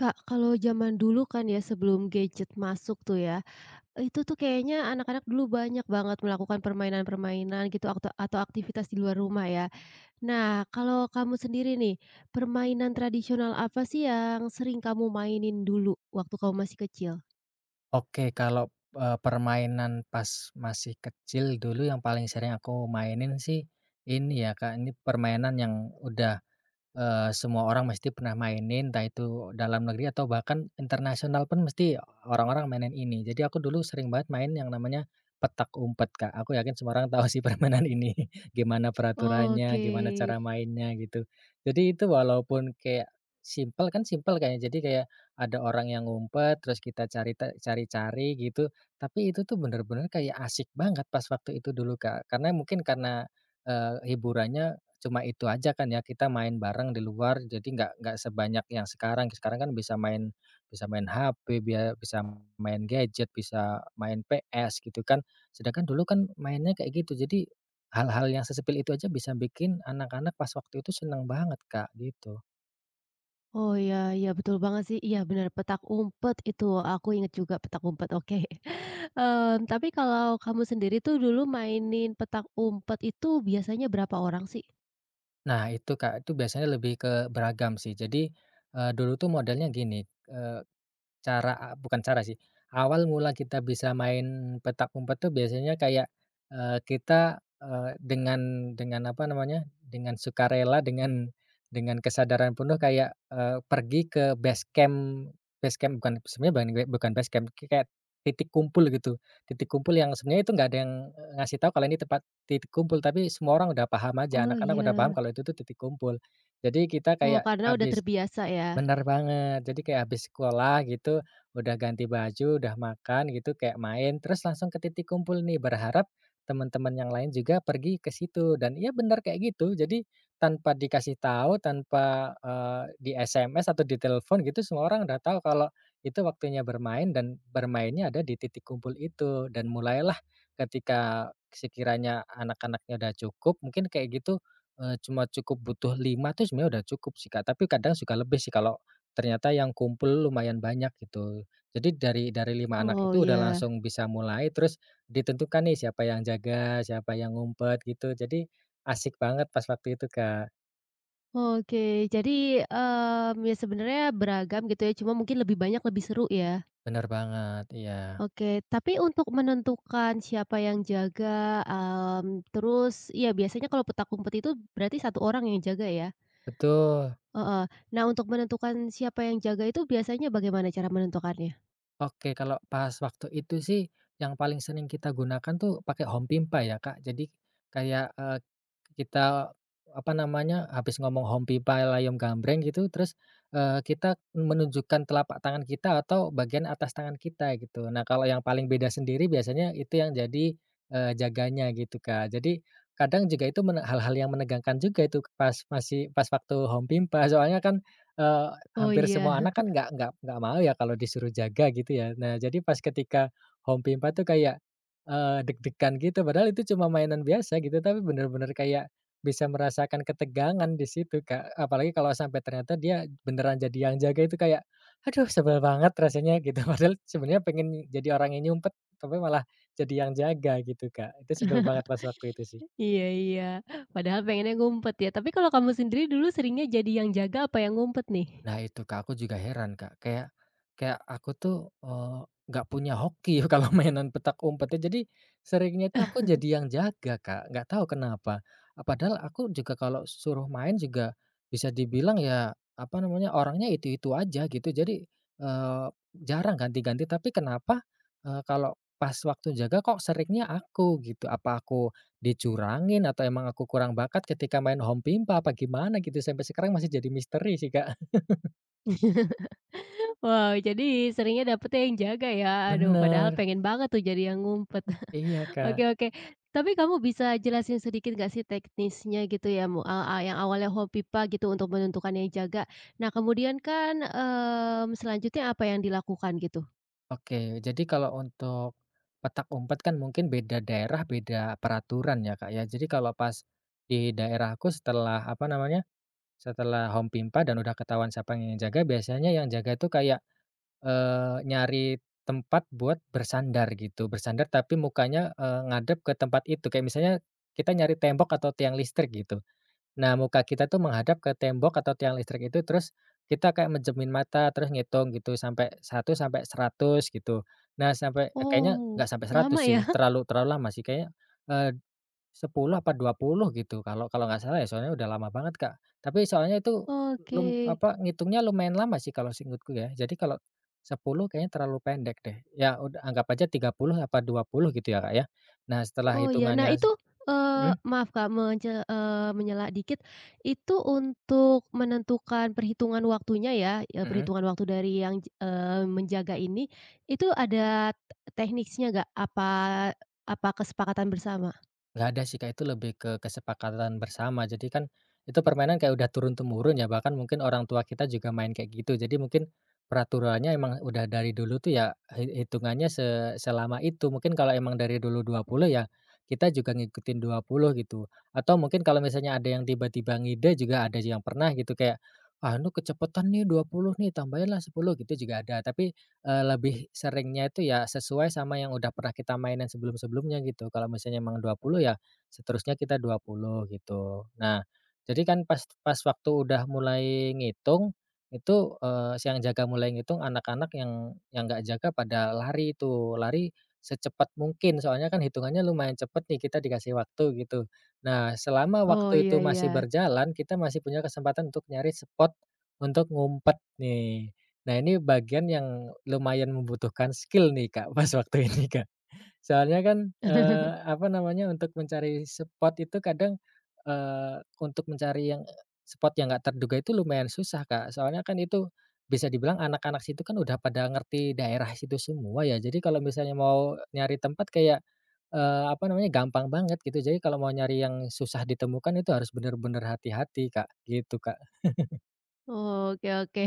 Kak, kalau zaman dulu kan ya sebelum gadget masuk tuh ya, itu tuh kayaknya anak-anak dulu banyak banget melakukan permainan-permainan gitu akto atau aktivitas di luar rumah ya. Nah, kalau kamu sendiri nih, permainan tradisional apa sih yang sering kamu mainin dulu waktu kamu masih kecil? Oke, kalau, permainan pas masih kecil dulu yang paling sering aku mainin sih ini ya, Kak, ini permainan yang udah, semua orang mesti pernah mainin, entah itu dalam negeri atau bahkan internasional pun mesti orang-orang mainin ini. Jadi aku dulu sering banget main yang namanya petak umpet, Kak. Aku yakin semua orang tahu sih permainan ini, gimana peraturannya, Oke. gimana cara mainnya gitu. Jadi itu walaupun kayak simpel kan simpel kayaknya, jadi kayak ada orang yang ngumpet, terus kita cari-cari gitu, tapi itu tuh bener-bener kayak asik banget pas waktu itu dulu, Kak. Karena mungkin karena, hiburannya cuma itu aja kan ya, kita main bareng di luar, jadi nggak sebanyak yang sekarang. Sekarang kan bisa main HP, bisa main gadget, bisa main PS gitu kan. Sedangkan dulu kan mainnya kayak gitu. Jadi hal-hal yang sesepil itu aja bisa bikin anak-anak pas waktu itu seneng banget, Kak, gitu. Oh iya iya betul banget sih, iya benar petak umpet itu, aku inget juga petak umpet, oke. Tapi kalau kamu sendiri tuh dulu mainin petak umpet itu biasanya berapa orang sih? Nah itu, Kak, itu biasanya lebih ke beragam sih. Jadi, dulu tuh modelnya gini, eh, Cara a bukan cara sih, awal mula kita bisa main petak umpet tuh biasanya kayak, kita, dengan dengan sukarela, dengan kesadaran penuh kayak, pergi ke base camp bukan sebenarnya bukan bukan base camp, kayak titik kumpul gitu. Titik kumpul yang sebenarnya itu nggak ada yang, ngasih tahu kalau ini tempat titik kumpul, tapi semua orang udah paham aja, Oh anak-anak udah paham iya. kalau itu tuh titik kumpul. Jadi kita Oh kayak karena udah habis terbiasa ya? Bener banget. Jadi kayak habis sekolah gitu, udah ganti baju, udah makan gitu, kayak main, terus langsung ke titik kumpul nih, berharap teman-teman yang lain juga pergi ke situ. Dan iya bener kayak gitu. Jadi tanpa dikasih tahu, tanpa, di SMS atau di telepon gitu, semua orang udah tahu kalau itu waktunya bermain dan bermainnya ada di titik kumpul itu. Dan mulailah ketika sekiranya anak-anaknya udah cukup, mungkin kayak gitu, cuma cukup butuh 5 tuh sebenarnya udah cukup sih, Kak, tapi kadang suka lebih sih kalau ternyata yang kumpul lumayan banyak gitu. Jadi dari 5 anak Oh itu udah iya. langsung bisa mulai, terus ditentukan nih siapa yang jaga, siapa yang ngumpet gitu. Jadi asik banget pas waktu itu, Kak. Oke, jadi, ya sebenarnya beragam gitu ya, cuma mungkin lebih banyak lebih seru ya? Bener banget, iya, Oke, tapi untuk menentukan siapa yang jaga, terus ya biasanya kalau petak umpet itu berarti satu orang yang jaga ya? betul. Heeh. Nah untuk menentukan siapa yang jaga itu biasanya bagaimana cara menentukannya? Oke, kalau pas waktu itu sih, yang paling sering kita gunakan tuh pakai home pimpa ya, Kak. Jadi kayak, kita, apa namanya, habis ngomong home pimpa layom gambreng gitu, terus, kita menunjukkan telapak tangan kita atau bagian atas tangan kita gitu. Nah, kalau yang paling beda sendiri biasanya itu yang jadi, jaganya gitu, Kak. Jadi kadang juga itu hal-hal yang menegangkan juga itu pas waktu home pimpa, soalnya kan, Oh hampir semua anak iya. kan nggak mau ya kalau disuruh jaga gitu ya. Nah, jadi pas ketika home pimpa tuh kayak, deg-degan gitu padahal itu cuma mainan biasa gitu, tapi bener-bener kayak bisa merasakan ketegangan di situ, Kak. Apalagi kalau sampai ternyata dia beneran jadi yang jaga itu kayak, aduh sebel banget rasanya gitu. Padahal sebenarnya pengen jadi orang yang nyumpet, tapi malah jadi yang jaga gitu, Kak. Itu sebel banget pas waktu itu sih. Iya iya. Padahal pengennya ngumpet ya, tapi kalau kamu sendiri dulu seringnya jadi yang jaga apa yang ngumpet nih? Nah itu Kak, aku juga heran Kak, kayak kayak aku tuh, eee, nggak punya hoki kalau mainan petak umpetnya, jadi seringnya tuh aku jadi yang jaga Kak, nggak tahu kenapa. Padahal aku juga kalau suruh main juga bisa dibilang ya, apa namanya, orangnya itu-itu aja gitu, jadi, eee, jarang ganti-ganti, tapi kenapa, kalau pas waktu jaga kok seringnya aku gitu, apa aku dicurangin atau emang aku kurang bakat ketika main home pimpa apa gimana gitu, sampai sekarang masih jadi misteri sih Kak. Wow, jadi seringnya dapetnya yang jaga ya? Aduh, padahal Bener, pengen banget tuh jadi yang ngumpet. iya Oke Kak. oke. Tapi kamu bisa jelasin sedikit nggak sih teknisnya gitu ya, mu a yang awalnya hobi pipa gitu untuk menentukan yang jaga. Nah, kemudian kan, selanjutnya apa yang dilakukan gitu? Oke, jadi kalau untuk petak umpet kan mungkin beda daerah, beda peraturan ya Kak ya. Jadi kalau pas di daerahku setelah apa namanya, setelah home pimpa dan udah ketahuan siapa yang jaga, biasanya yang jaga itu kayak, nyari tempat buat bersandar gitu. Bersandar tapi mukanya, ngadep ke tempat itu, kayak misalnya kita nyari tembok atau tiang listrik gitu. Nah, muka kita tuh menghadap ke tembok atau tiang listrik itu, terus kita kayak menjemin mata, terus ngitung gitu sampai satu sampai 100 gitu. Nah, sampai eh, kayaknya Oh, nggak sampai 100 lama sih, ya? terlalu terlalu lama sih kayaknya, eee, 10 apa 20 gitu kalau kalau nggak salah ya, soalnya udah lama banget, Kak. Tapi soalnya itu Oke. Ngitungnya lumayan lama sih kalau seingetku ya. Jadi kalau 10 kayaknya terlalu pendek deh. Ya udah anggap aja 30 apa 20 gitu ya, Kak, ya. Nah, setelah Oh ya, nah hitungannya s itu, Mhm maaf Kak menyela dikit, itu untuk menentukan perhitungan waktunya ya, mhm. perhitungan waktu dari yang menjaga ini, itu ada tekniknya nggak? Apa apa kesepakatan bersama? Nggak ada sih, Kak, itu lebih ke kesepakatan bersama. Jadi kan itu permainan kayak udah turun-temurun ya, bahkan mungkin orang tua kita juga main kayak gitu. Jadi mungkin peraturannya emang udah dari dulu tuh ya hitungannya selama itu. Mungkin kalau emang dari dulu 20 ya kita juga ngikutin 20 gitu. Atau mungkin kalau misalnya ada yang tiba-tiba ngide juga ada yang pernah gitu kayak, "Ah, lu kecepatan nih 20 nih, tambahinlah 10 gitu juga ada. Tapi lebih seringnya itu ya sesuai sama yang udah pernah kita mainin sebelum-sebelumnya gitu. Kalau misalnya emang 20 ya seterusnya kita 20 gitu. Nah, jadi kan pas pas waktu udah mulai ngitung, itu, si yang jaga mulai ngitung anak-anak yang nggak jaga pada lari itu, lari secepat mungkin soalnya kan hitungannya lumayan cepet nih kita dikasih waktu gitu. Nah, selama Oh waktu iya itu masih iya. berjalan, kita masih punya kesempatan untuk nyari spot untuk ngumpet nih. Nah, ini bagian yang lumayan membutuhkan skill nih, Kak, pas waktu ini, Kak. Soalnya kan, apa namanya, untuk mencari spot itu kadang, eee, untuk mencari yang spot yang nggak terduga itu lumayan susah, Kak. Soalnya kan itu bisa dibilang anak-anak situ kan udah pada ngerti daerah situ semua ya. Jadi kalau misalnya mau nyari tempat kayak, apa namanya, gampang banget gitu. Jadi kalau mau nyari yang susah ditemukan itu harus bener-bener hati-hati, Kak, gitu, Kak. Oke oke.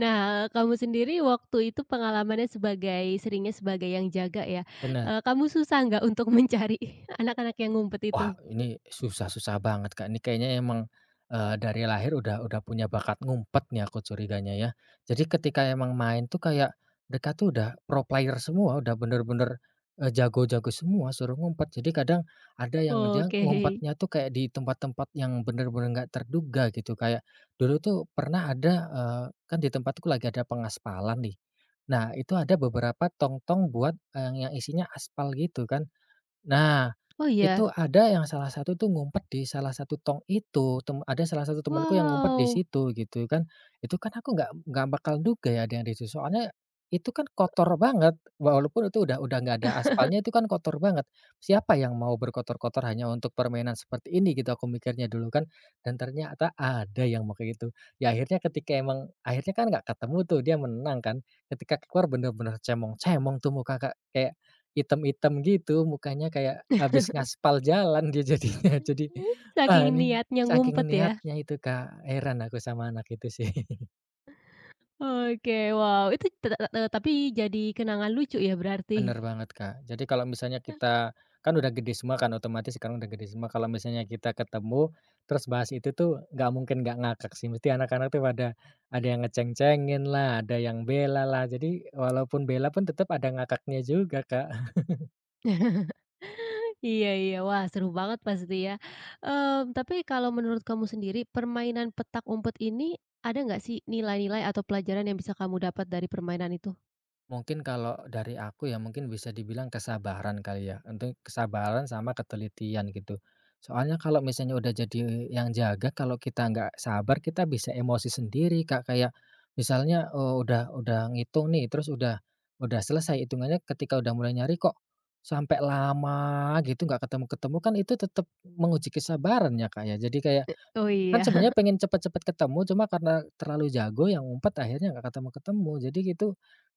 Nah, kamu sendiri waktu itu pengalamannya sebagai seringnya sebagai yang jaga ya, Bener. Kamu susah nggak untuk mencari anak-anak yang ngumpet itu? Wah, ini susah-susah banget, Kak. Ini kayaknya emang, dari lahir udah punya bakat ngumpet nih aku curiganya ya. Jadi ketika emang main tuh kayak mereka tuh udah pro player semua, udah bener-bener, jago-jago semua, suruh ngumpet. Jadi kadang ada yang dia Oke. ngumpetnya tuh kayak di tempat-tempat yang bener-bener nggak terduga gitu. Kayak dulu tuh pernah ada, kan di tempatku lagi ada pengaspalan nih. Nah, itu ada beberapa tong-tong buat, yang isinya aspal gitu kan. Nah, Oh iya. itu ada yang salah satu tuh ngumpet di salah satu tong itu, ada salah satu temanku yang ngumpet di Wow, situ gitu kan. Itu kan aku nggak bakal duga ya ada yang di situ, soalnya itu kan kotor banget, walaupun itu udah nggak ada aspalnya itu kan kotor banget. Siapa yang mau berkotor-kotor hanya untuk permainan seperti ini gitu aku mikirnya dulu kan, dan ternyata ada yang mau kayak gitu. Ya akhirnya ketika emang akhirnya kan nggak ketemu tuh, dia menang kan, ketika keluar bener-bener cemong-cemong tuh muka Kak, kayak item-item gitu mukanya kayak habis ngaspal jalan dia jadinya. Jadi, ah saking ini niatnya saking ngumpet ya? niatnya itu Kak, heran aku sama anak itu sih. Oke, wow, itu te te te tapi jadi kenangan lucu ya berarti? Bener banget Kak. Jadi kalau misalnya kita kan udah gede semua kan otomatis sekarang udah gede semua, kalau misalnya kita ketemu, terus bahas itu tuh nggak mungkin nggak ngakak sih, mesti anak-anak tuh pada ada yang ngeceng-cengin lah, ada yang bela lah, jadi walaupun bela pun tetap ada ngakaknya juga Kak. Iya iya, wah seru banget pasti ya. Tapi kalau menurut kamu sendiri, permainan petak umpet ini ada nggak sih nilai-nilai atau pelajaran yang bisa kamu dapat dari permainan itu? Mungkin kalau dari aku ya, mungkin bisa dibilang kesabaran kali ya, untuk kesabaran sama ketelitian gitu. Soalnya kalau misalnya udah jadi yang jaga, kalau kita nggak sabar, kita bisa emosi sendiri, Kak. Kayak misalnya, udah ngitung nih, terus udah selesai hitungannya ketika udah mulai nyari kok sampai lama gitu nggak ketemu-ketemu, kan itu tetap menguji kesabaran ya, Kak, ya. Jadi kayak Oh kan iya, sebenarnya pengen cepet-cepet ketemu, cuma karena terlalu jago yang ngumpet akhirnya nggak ketemu-ketemu. Jadi gitu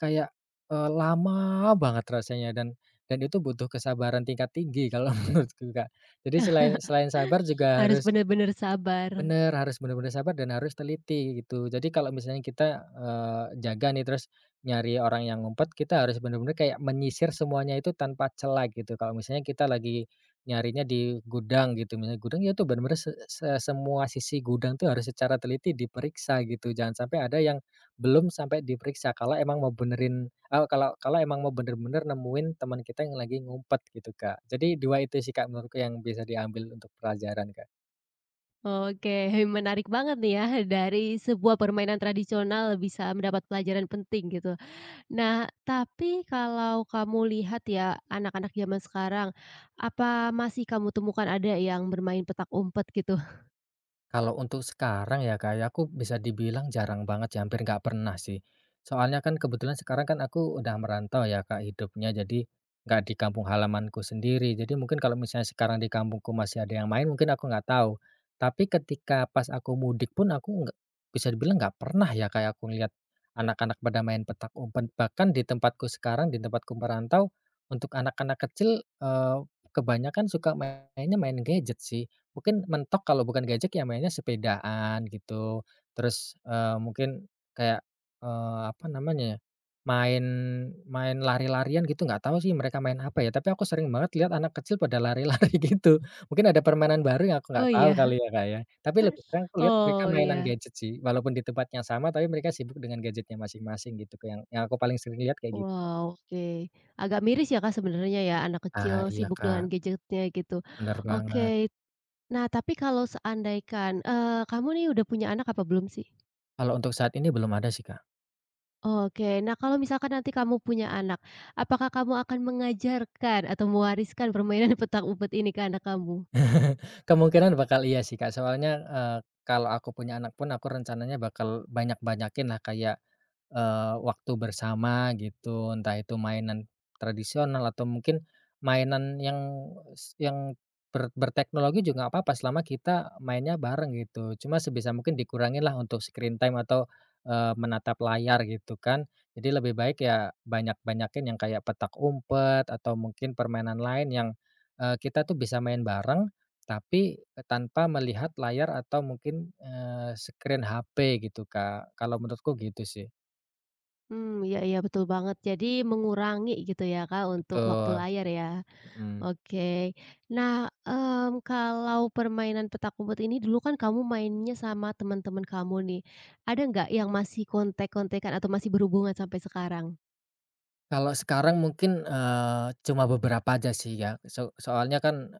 kayak lama banget rasanya dan itu butuh kesabaran tingkat tinggi kalau menurutku, Kak. Jadi selain selain sabar juga harus harus benar-benar sabar. Bener, harus bener-bener sabar dan harus teliti gitu. Jadi kalau misalnya kita, jaga nih terus nyari orang yang ngumpet, kita harus bener-bener kayak menyisir semuanya itu tanpa celah gitu. Kalau misalnya kita lagi nyarinya di gudang gitu, misalnya gudang ya tuh bener-bener se se semua sisi gudang tuh harus secara teliti diperiksa gitu. Jangan sampai ada yang belum sampai diperiksa kalau emang mau kalau kalau emang mau bener-bener nemuin teman kita yang lagi ngumpet gitu, Kak. Jadi 2 itu sih, Kak, menurutku yang bisa diambil untuk pelajaran, Kak. Oke, menarik banget nih ya, dari sebuah permainan tradisional bisa mendapat pelajaran penting gitu. Nah, tapi kalau kamu lihat ya, anak-anak zaman sekarang, apa masih kamu temukan ada yang bermain petak umpet gitu? Kalau untuk sekarang ya, Kak, ya, aku bisa dibilang jarang banget sih, hampir nggak pernah sih. Soalnya kan kebetulan sekarang kan aku udah merantau ya, Kak, hidupnya, jadi nggak di kampung halamanku sendiri. Jadi mungkin kalau misalnya sekarang di kampungku masih ada yang main, mungkin aku nggak tahu. Tapi ketika pas aku mudik pun aku nggak bisa dibilang nggak pernah ya, kayak aku lihat anak-anak pada main petak umpet. Bahkan di tempatku sekarang, di tempatku merantau, untuk anak-anak kecil, kebanyakan suka mainnya main gadget sih. Mungkin mentok kalau bukan gadget ya mainnya sepedaan gitu, terus, mungkin kayak, apa namanya ya, main main lari-larian gitu, nggak tahu sih mereka main apa ya, tapi aku sering banget lihat anak kecil pada lari-lari gitu. Mungkin ada permainan baru yang aku nggak Oh tahu kali iya. ya, Kak, ya. Tapi lebih sering aku lihat mereka Oh mainan iya. gadget sih, walaupun di tempat yang sama, tapi mereka sibuk dengan gadgetnya masing-masing gitu, Kak, yang aku paling sering lihat kayak gitu, Kak. Wow, oke. Agak miris ya Kak sebenarnya ya, anak kecil Ah, iya, sibuk Kak, dengan gadgetnya gitu. bener Oke. banget. Nah, tapi kalau seandaikan, kamu nih udah punya anak apa belum sih? Kalau untuk saat ini belum ada sih, Kak. Oke. Nah, kalau misalkan nanti kamu punya anak, apakah kamu akan mengajarkan atau mewariskan permainan petak umpet ini ke anak kamu? Kemungkinan bakal iya sih, Kak, soalnya, kalau aku punya anak pun aku rencananya bakal banyak-banyakin lah kayak, waktu bersama gitu, entah itu mainan tradisional atau mungkin mainan yang berteknologi juga nggak apa-apa selama kita mainnya bareng gitu. Cuma sebisa mungkin dikurangin lah untuk screen time atau, menatap layar gitu kan. Jadi lebih baik ya banyak-banyakin yang kayak petak umpet atau mungkin permainan lain yang, kita tuh bisa main bareng tapi, tanpa melihat layar atau mungkin, screen HP gitu, Kak. Kalau menurutku gitu sih. Hmm iya iya betul banget. Jadi mengurangi gitu ya Kak untuk waktu Betul, layar ya. mhm. Oke. Nah, kalau permainan petak umpet ini dulu kan kamu mainnya sama teman-teman kamu nih. Ada nggak yang masih kontak-kontakan atau masih berhubungan sampai sekarang? Kalau sekarang mungkin, cuma beberapa aja sih ya, soalnya kan,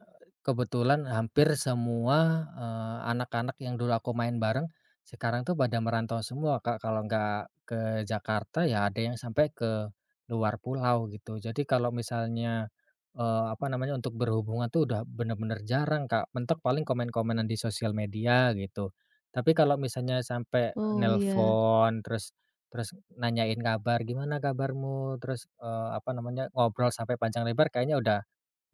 kebetulan hampir semua, anak-anak yang dulu aku main bareng, sekarang tuh pada merantau semua, Kak, kalau nggak ke Jakarta ya ada yang sampai ke luar pulau gitu. Jadi kalau misalnya, apa namanya, untuk berhubungan tuh udah bener-bener jarang, Kak, mentok paling komen-komenan di sosial media gitu. Tapi kalau misalnya sampai Oh iya. nelpon terus Terus nanyain kabar, "Gimana kabarmu?" Terus, apa namanya, ngobrol sampai panjang lebar kayaknya udah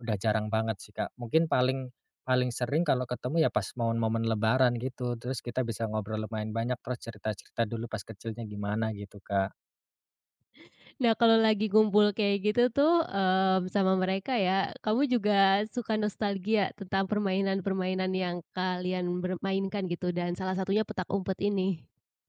udah jarang banget sih, Kak. Mungkin paling paling sering kalau ketemu ya pas momen-momen lebaran gitu, terus kita bisa ngobrol lumayan banyak, terus cerita-cerita dulu pas kecilnya gimana gitu, Kak. Nah kalau lagi ngumpul kayak gitu tuh, sama mereka ya, kamu juga suka nostalgia tentang permainan-permainan yang kalian bermainkan gitu dan salah satunya petak umpet ini?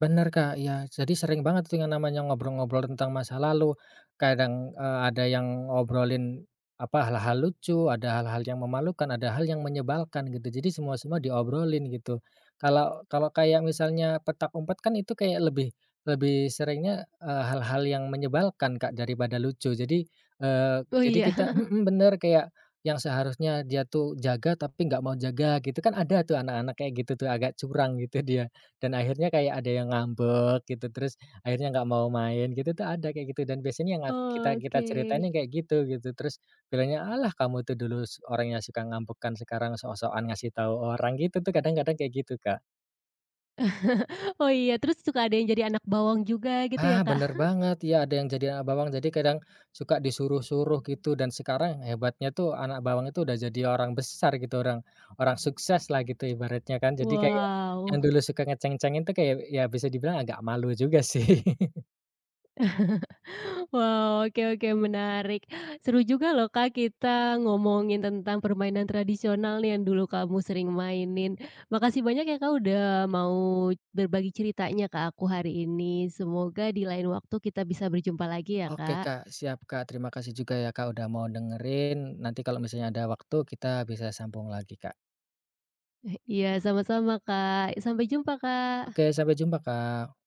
Benar, Kak, ya. Jadi sering banget tuh yang namanya ngobrol-ngobrol tentang masa lalu. Kadang, ada yang ngobrolin, apa, hal-hal lucu, ada hal-hal yang memalukan, ada hal yang menyebalkan gitu. Jadi semua-semua diobrolin gitu. Kalau kalau kayak misalnya petak umpet kan itu kayak lebih lebih seringnya, hal-hal yang menyebalkan, Kak, daripada lucu. Jadi, eee, Oh jadi iya. kita mhm, bener, kayak yang seharusnya dia tuh jaga tapi nggak mau jaga gitu, kan ada tuh anak-anak kayak gitu tuh agak curang gitu dia. Dan akhirnya kayak ada yang ngambek gitu, terus akhirnya nggak mau main gitu tuh ada kayak gitu, dan biasanya yang kita kita Oke. ceritain yang kayak gitu, gitu. Terus bilangnya, "Alah, kamu tuh dulu orangnya suka ngambekan, sekarang sok-sokan ngasih tahu orang." Gitu tuh kadang-kadang kayak gitu, Kak. Oh iya, terus suka ada yang jadi anak bawang juga gitu ya, Ah, Kak? bener banget, ya ada yang jadi anak bawang, jadi kadang suka disuruh-suruh gitu, dan sekarang hebatnya tuh anak bawang itu udah jadi orang besar gitu, orang orang sukses lah gitu ibaratnya kan. Jadi kayak yang Wow. dulu suka ngeceng-cengin tuh kayak ya bisa dibilang agak malu juga sih. Wow, oke oke menarik. Seru juga loh, Kak, kita ngomongin tentang permainan tradisional nih yang dulu kamu sering mainin. Makasih banyak ya, Kak, udah mau berbagi ceritanya ke aku hari ini. Semoga di lain waktu kita bisa berjumpa lagi ya, Oke, Kak. Kak, siap, Kak. Terima kasih juga ya, Kak, udah mau dengerin. Nanti kalau misalnya ada waktu kita bisa sambung lagi, Kak. Iya, sama-sama, Kak. Sampai jumpa, Kak. Oke, sampai jumpa, Kak.